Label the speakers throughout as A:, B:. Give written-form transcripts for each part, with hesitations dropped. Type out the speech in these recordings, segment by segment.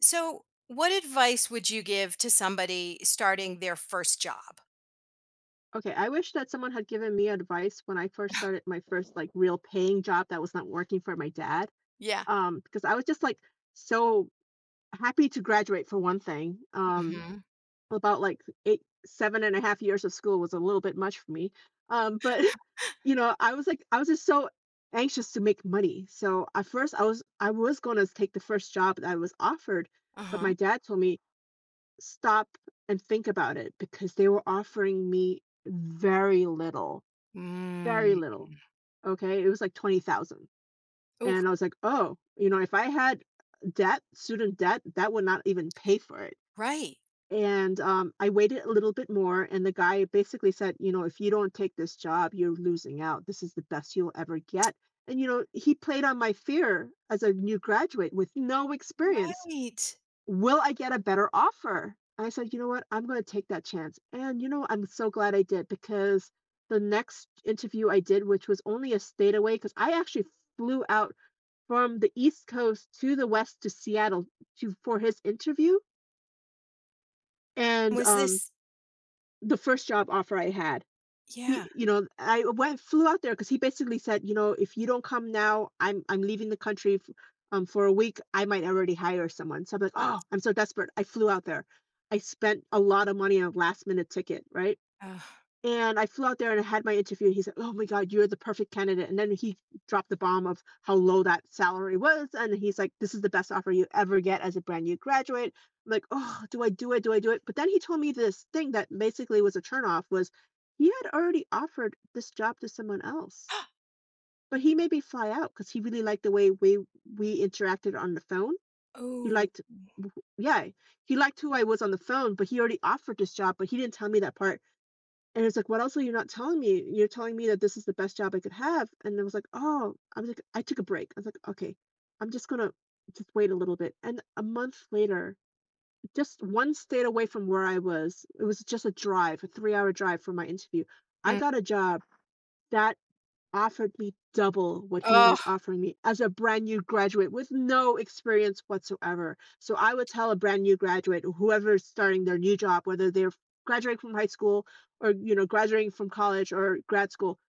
A: So, what advice would you give to somebody starting their first job?
B: Okay, I wish that someone had given me advice when I first started my first real paying job that was not working for my dad.
A: Yeah.
B: Because I was just like so happy to graduate for one thing.
A: Hmm.
B: About like 7.5 years of school was a little bit much for me. But I was just so anxious to make money. So at first, I was going to take the first job that I was offered, but
A: Uh-huh.
B: my dad told me stop and think about it because they were offering me very
A: Mm.
B: little, okay? It was like 20,000,
A: Oh,
B: and I was like, "Oh, you know, if I had debt student debt, that would not even pay for it,"
A: right.
B: and, I waited a little bit more, and the guy basically said, you know, "If you don't take this job, you're losing out. This is the best you'll ever get," and, you know, he played on my fear as a new graduate with no experience.
A: Right.
B: Will I get a better offer? I said, you know what? I'm going to take that chance. And, you know, I'm so glad I did because the next interview I did, which was only a state away, because I actually flew out from the East Coast to the West, to Seattle, to for his interview. And
A: Was this?
B: The first job offer I had, He
A: Yeah.
B: you know, I went flew out there because he basically said, "You know, if you don't come now, I'm leaving the country f for a week. I might already hire someone." So I'm like, "Oh, I'm so desperate." I flew out there. I spent a lot of money on a last minute ticket, right?
A: Uh,
B: And I flew out there and I had my interview, and he said, "Oh my god, you're the perfect candidate." And then he dropped the bomb of how low that salary was, and he's like, "This is the best offer you ever get as a brand new graduate." I'm like, "Oh, do I do it? Do I do it?" But then he told me this thing that basically was a turnoff was he had already offered this job to someone else, but he made me fly out because he really liked the way we interacted on the phone. He
A: oh.
B: liked, yeah, he liked who I was on the phone, but he already offered this job, but he didn't tell me that part, and it's like, "What else are you not telling me? You're telling me that this is the best job I could have." And I was like, "Oh," I was like, I took a break. I was like, "Okay, I'm just gonna just wait a little bit." And a month later, just one state away from where I was, it was just a drive, a 3-hour drive from my interview, I
A: Mm.
B: got a job that offered me double what he
A: Oh,
B: was offering me as a brand new graduate with no experience whatsoever. So I would tell a brand new graduate, whoever's starting their new job, whether they're graduating from high school or you know graduating from college or grad school,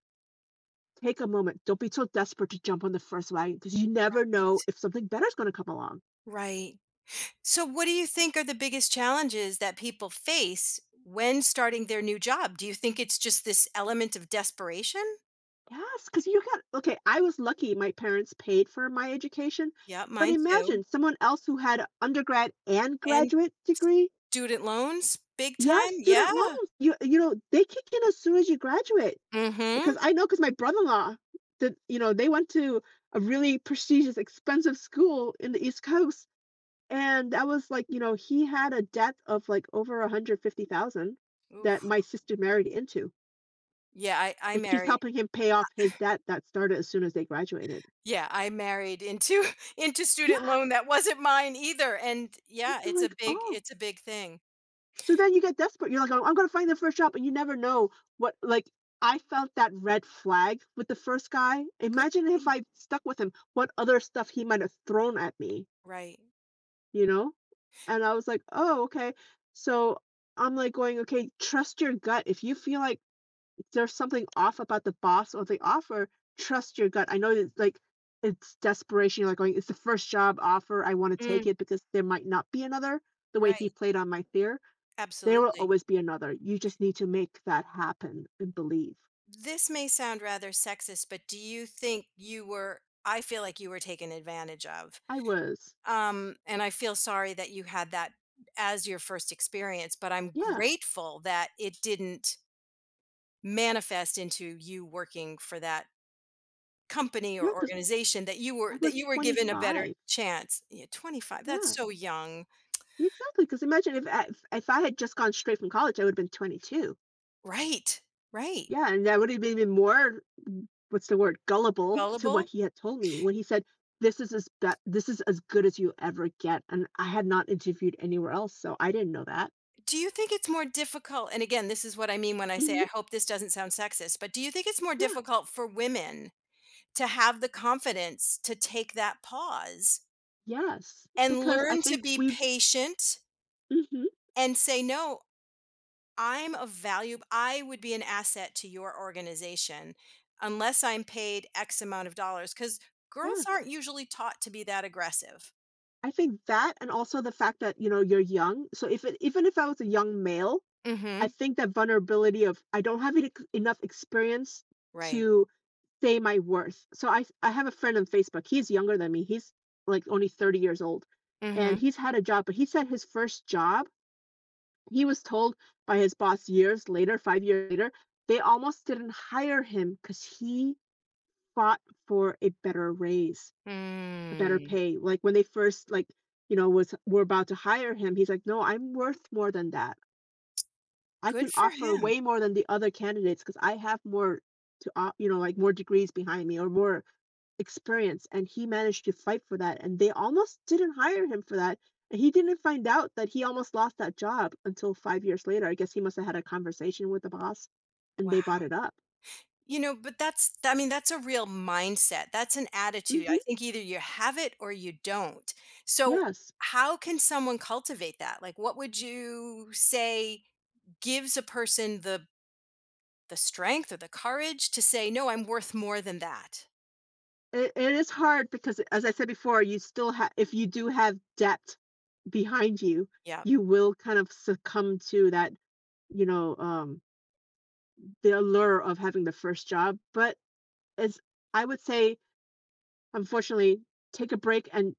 B: take a moment. Don't be so desperate to jump on the first wagon because you never know
A: right.
B: if something better is going to come along.
A: Right. So, what do you think are the biggest challenges that people face when starting their new job? Do you think it's just this element of desperation?
B: Yes, because you got okay. I was lucky; my parents paid for my education.
A: Yep,
B: But
A: mine
B: imagine
A: too.
B: someone else who had undergrad and
A: And
B: graduate degree.
A: student loans, big
B: Yeah,
A: time.
B: student
A: Yeah.
B: loans. You know, they kick in as soon as you graduate.
A: Mm-hmm.
B: Because I know, because my brother-in-law did you know, they went to a really prestigious, expensive school in the East Coast, and that was like, you know, he had a debt of, like, over 150,000 that my sister married into,
A: Yeah, I I
B: and she's
A: married
B: helping him pay off his debt that started as soon as they graduated.
A: yeah, I married into into student loan
B: Yes!
A: that wasn't mine either, and
B: And
A: yeah,
B: you're like, "Oh."
A: it's a big thing.
B: So then you get desperate. You're like, "Oh, I'm gonna find the first job," and you never know what like, I felt that red flag with the first guy.
A: Good
B: Imagine if
A: thing.
B: I stuck with him, what other stuff he might have thrown at me,
A: Right.
B: you know? And I was like, "Oh, okay." So, going, "Okay, trust your gut." If you feel like there's something off about the boss or the offer, trust your gut. I know it's desperation. Going, "It's the first job offer. I wanna take
A: Mm,
B: it because there might not be another," the way he
A: right,
B: played on my fear. There will
A: absolutely.
B: always be another. You just need to make that happen and believe.
A: This may sound rather sexist, but do you think you were I feel like you were taken advantage of,
B: I was,
A: and I feel sorry that you had that as your first experience, but I'm
B: yeah,
A: grateful that it didn't manifest into you working for that company
B: yeah,
A: or
B: because
A: organization that you
B: I
A: were that
B: was
A: you were given a better
B: 25.
A: chance. Yeah, 25, that's
B: Yeah,
A: so young.
B: exactly. Because imagine if I had just gone straight from college, I would've been 22.
A: Right. Right.
B: Yeah, and I would've been even more, what's the word, gullible to what
A: Gullible.
B: he had told me when he said, "This is as good as you ever get," and I had not interviewed anywhere else, so I didn't know that.
A: Do you think it's more difficult, and again, this is what I mean when I say
B: Mhm,
A: I hope this doesn't sound sexist, but do you think it's more
B: yeah,
A: difficult for women to have the confidence to take that pause
B: yes,
A: and
B: because I
A: learn to
B: think
A: be
B: we've
A: patient
B: mhm,
A: and say no, I'm a value, I would be an asset to your organization unless I'm paid X amount of dollars, because girls
B: yes.
A: aren't usually taught to be that aggressive.
B: I think that, and also the fact that, you know, you're young. So if it even if I was a young male, I
A: Mm-hmm.
B: think that vulnerability of I don't have enough experience
A: Right.
B: to say my worth. So I have a friend on Facebook. He's younger than me. He's like only 30 years old. And
A: Mm-hmm.
B: he's had a job, but he said his first job, he was told by his boss years later, 5 years later, they almost didn't hire him cuz he fought for a better raise, better
A: Mm.
B: pay. Like when they first you know, was were about to hire him, he's like, "No, I'm worth more than that. I
A: Good
B: can
A: for
B: offer
A: him.
B: way more than the other candidates because I have more you know, like more degrees behind me or more experience." And he managed to fight for that, and they almost didn't hire him for that. And he didn't find out that he almost lost that job until 5 years later. I guess he must have had a conversation with the boss, and they bought
A: Wow.
B: it up.
A: You know, but that's, I mean, that's a real mindset. That's an attitude.
B: Hmm.
A: I think either you have it or you don't. So,
B: Yes.
A: how can someone cultivate that? Like, what would you say gives a person the strength or the courage to say, "No, I'm worth more than that."
B: It is hard because, as I said before, you still have, if you do have debt behind you,
A: Yeah.
B: you will kind of succumb to that, you know, the allure of having the first job. But as I would say, unfortunately, take a break and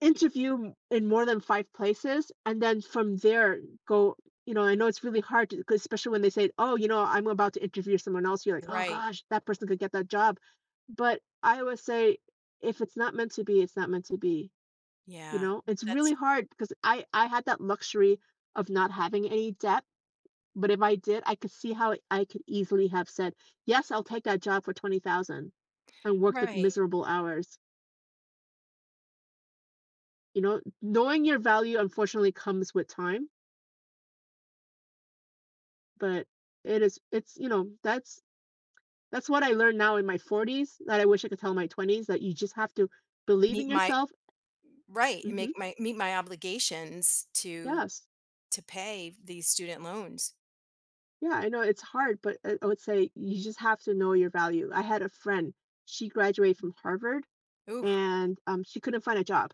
B: interview in more than five places. And then from there, go, you know, I know it's really hard, 'cause especially when they say, oh, you know, I'm about to interview someone else. You're like, oh
A: Right.
B: gosh, that person could get that job. But I would say, if it's not meant to be, it's not meant to be. You
A: Yeah,
B: know, it's really
A: that's
B: hard because I had that luxury of not having any debt, but if I did, I could see how I could easily have said, "Yes, I'll take that job for 20,000 and work the
A: right.
B: miserable hours." You know, knowing your value unfortunately comes with time, but you know, that's what I learned now in my 40s that I wish I could tell my 20s that you just have to believe in
A: Meet my
B: yourself.
A: right,
B: Mhm.
A: make my meet my obligations to
B: Yes.
A: to pay these student loans.
B: Yeah, I know it's hard, but I would say you just have to know your value. I had a friend, she graduated from Harvard,
A: Ooh,
B: and she couldn't find a job,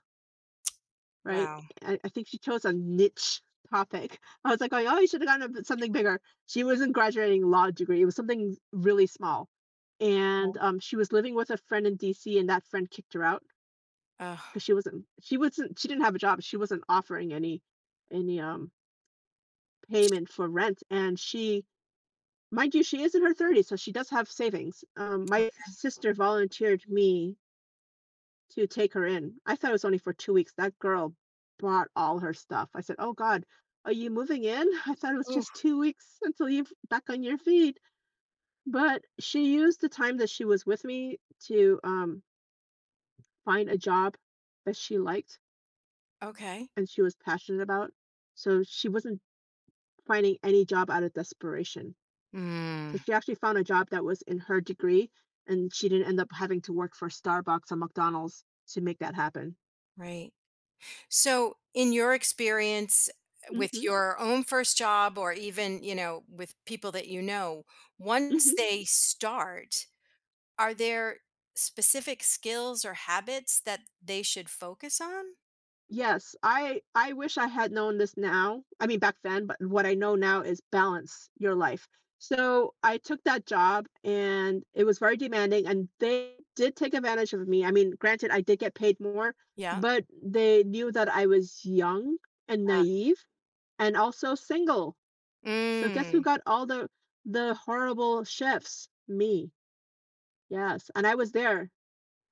B: right?
A: wow.
B: I think she chose a niche topic. I was like, oh, you should have gotten a something bigger. She wasn't graduating law degree. It was something really small. And
A: Oh.
B: she was living with a friend in DC, and that friend kicked her out
A: Ugh,
B: because she didn't have a job. She wasn't offering any payment for rent. And she mind you, she is in her 30s, so she does have savings. My
A: okay.
B: sister volunteered me to take her in. I thought it was only for 2 weeks. That girl bought all her stuff. I said, oh God, are you moving in? I thought it was
A: Ooh,
B: just 2 weeks until you're back on your feet. But she used the time that she was with me to find a job that she liked
A: okay.
B: and she was passionate about. So she wasn't finding any job out of desperation. So
A: Mm,
B: she actually found a job that was in her degree, and she didn't end up having to work for Starbucks or McDonald's to make that happen.
A: right. So, in your experience with
B: Mhm,
A: your own first job, or even, you know, with people that you know, once
B: mhm.
A: they start are there specific skills or habits that they should focus on?
B: Yes, I wish I had known this now. I mean, back then, but what I know now is balance your life. So I took that job and it was very demanding and they did take advantage of me. I mean, granted, I did get paid more,
A: Yeah.
B: but they knew that I was young and
A: Ah.
B: naive and also single. So guess who
A: Mm.
B: got all the horrible shifts? Me. Yes, and I was there,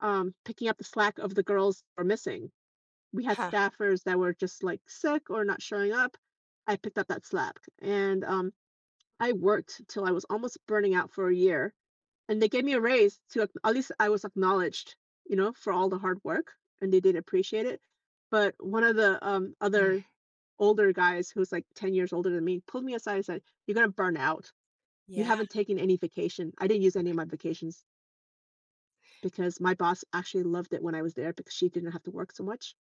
B: picking up the slack of the girls who were missing. We had
A: Huh.
B: staffers that were just, like, sick or not showing up. I picked up that slack, and I worked till I was almost burning out for a year, and they gave me a raise to ac at least I was acknowledged, for all the hard work, and they did appreciate it. But one of the
A: Mm.
B: other older guys who's, like, 10 years older than me pulled me aside and said, "You're gonna burn out." You
A: Yeah.
B: haven't taken any vacation. I didn't use any of my vacations because my boss actually loved it when I was there because she didn't have to work so much.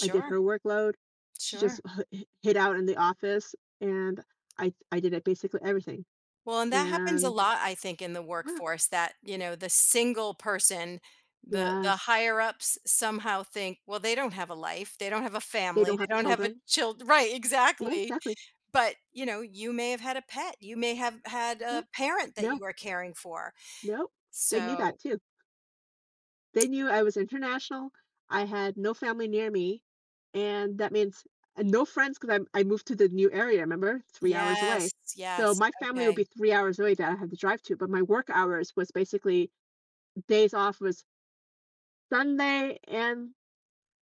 B: I did her workload. She just
A: Sure.
B: hid out in the office and I did it basically everything.
A: Well, and that happens a
B: And
A: lot, I think, in the
B: yeah,
A: workforce, that, you know, the single person, the
B: yes.
A: higher ups somehow think, well, they don't have a life, they don't have a
B: They don't
A: family,
B: have
A: they don't have a
B: children.
A: child. Right,
B: Yeah,
A: exactly.
B: exactly.
A: But you know, you may have had a pet, you may have had
B: Yeah.
A: a parent that
B: No.
A: you are caring for.
B: No. They knew that
A: So
B: too. They knew I was international, I had no family near me, and that means and no friends because 'cause I moved to the new area, remember? 3 hours away.
A: Yes,
B: So,
A: yes,
B: my family would be
A: okay.
B: 3 hours away that I had to drive to, but my work hours was basically days off was Sunday and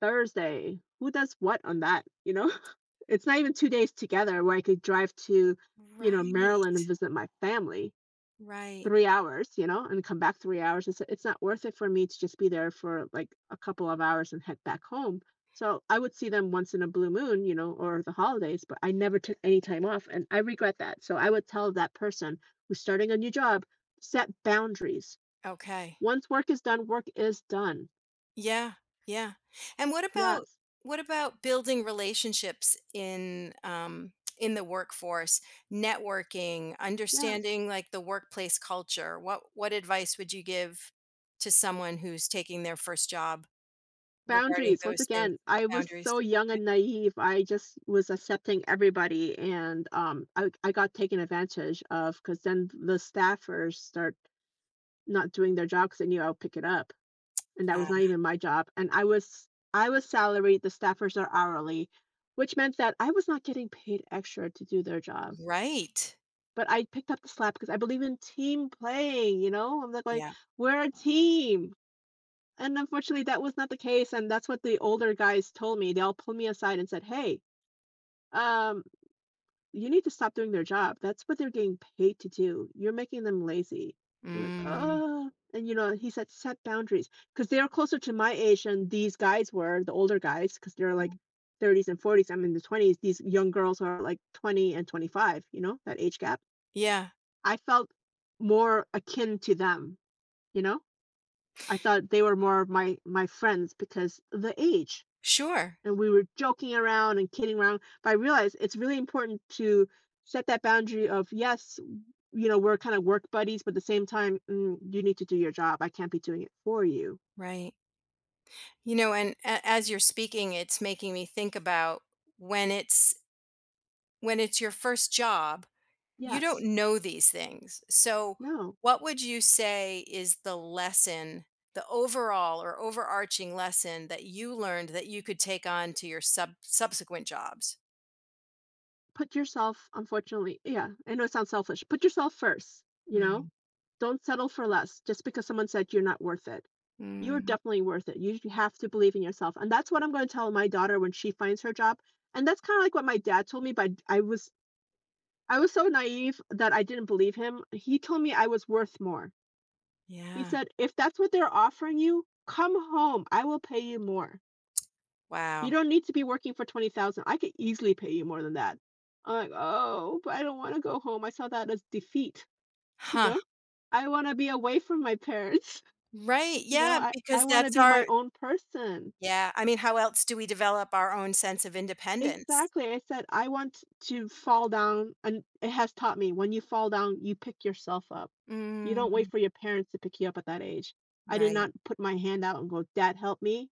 B: Thursday. Who does what on that, you know? It's not even 2 days together where I could drive to,
A: Right,
B: Maryland and visit my family.
A: right,
B: 3 hours, and come back 3 hours. It's not worth it for me to just be there for, like, a couple of hours and head back home. So, I would see them once in a blue moon, or the holidays, but I never took any time off, and I regret that. So, I would tell that person who's starting a new job, "Set boundaries.
A: okay.
B: Once work is done, work is done."
A: Yeah, yeah. And what about
B: Yes,
A: what about building relationships in the workforce, networking,
B: yes.
A: understanding, like, the workplace culture? What advice would you give to someone who's taking their first job regarding
B: Boundaries, once
A: those things,
B: again, I was
A: boundaries?
B: so young
A: Okay.
B: and naive, I just was accepting everybody, and I got taken advantage of. Because then the staffers start not doing their job, because they knew I would pick it up, and that was not even my job, and I was salaried, the staffers are hourly, which meant that I was not getting paid extra to do their job,
A: Right.
B: but I picked up the slack because I believe in team playing, you know? I'm like going,
A: Yeah.
B: "We're a team. And unfortunately, that was not the case, and that's what the older guys told me. They all pulled me aside and said, "Hey, um, you need to stop doing their job. That's what they're getting paid to do. You're making them lazy." I'm like,
A: Mm,
B: "Oh," he said, "Set boundaries," because they are closer to my age than these guys were, the older guys, because they're like 30s and 40s. I'm in the 20s. These young girls are like 20 and 25. You know, that age gap.
A: yeah,
B: I felt more akin to them. You know, I thought they were more of my friends because of the age
A: sure,
B: and we were joking around and kidding around. But I realized it's really important to set that boundary of yes, we're kind of work buddies, but at the same time, you need to do your job. I can't be doing it for you.
A: right. You know, and as you're speaking, it's making me think about when it's when it's your first job, you
B: Yes.
A: don't know these things. So,
B: No.
A: what would you say is the lesson, the overall or overarching lesson that you learned that you could take on to your subsequent jobs?
B: Put yourself, unfortunately, yeah, I know it sounds selfish. Put yourself first, you know?
A: Mm.
B: Don't settle for less just because someone said you're not worth it. You're
A: Mm.
B: definitely worth it. You have to believe in yourself. And that's what I'm going to tell my daughter when she finds her job. And that's kind of like what my dad told me, but I was so naive that I didn't believe him. He told me I was worth more. He
A: Yeah.
B: said, if that's what they're offering you, come home. I will pay you more. You
A: Wow.
B: don't need to be working for 20,000. I could easily pay you more than that. I'm like, oh, but I don't want to go home. I saw that as defeat, you
A: Huh.
B: know? I want to be away from my parents.
A: Right.
B: You know,
A: Yeah,
B: I
A: because
B: want to
A: that's
B: be my
A: our
B: own person.
A: yeah, I mean, how else do we develop our own sense of independence?
B: Exactly, I said, "I want to fall down," and it has taught me, when you fall down, you pick yourself up. You don't
A: Mm.
B: wait for your parents to pick you up at that age. I did
A: Right.
B: not put my hand out and go, "Dad, help me,"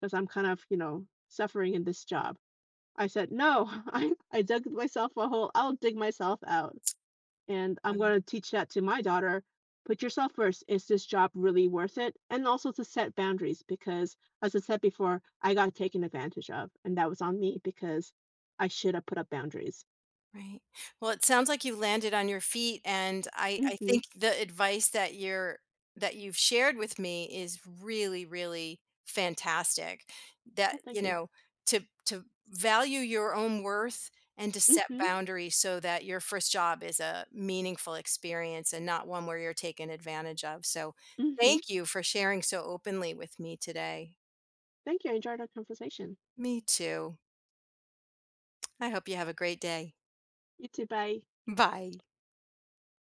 B: because 'cause I'm kind of, suffering in this job." I said, "No," I dug myself a hole, I'll dig myself out. And I'm going to teach that to my daughter. Put yourself first. Is this job really worth it? And also to set boundaries because, as I said before, I got taken advantage of, and that was on me because I should have put up boundaries.
A: Right. Well, it sounds like you landed on your feet, and I
B: Mm-hmm.
A: think the advice that you've shared with me is really, really fantastic. That,
B: Oh, thank
A: you
B: you.
A: know, to value your own worth and to set
B: Mm-hmm.
A: boundaries so that your first job is a meaningful experience and not one where you're taken advantage of. So,
B: Mm-hmm.
A: thank you for sharing so openly with me today.
B: Thank you. I enjoyed our conversation.
A: Me too. I hope you have a great day.
B: You too. Bye.
A: Bye.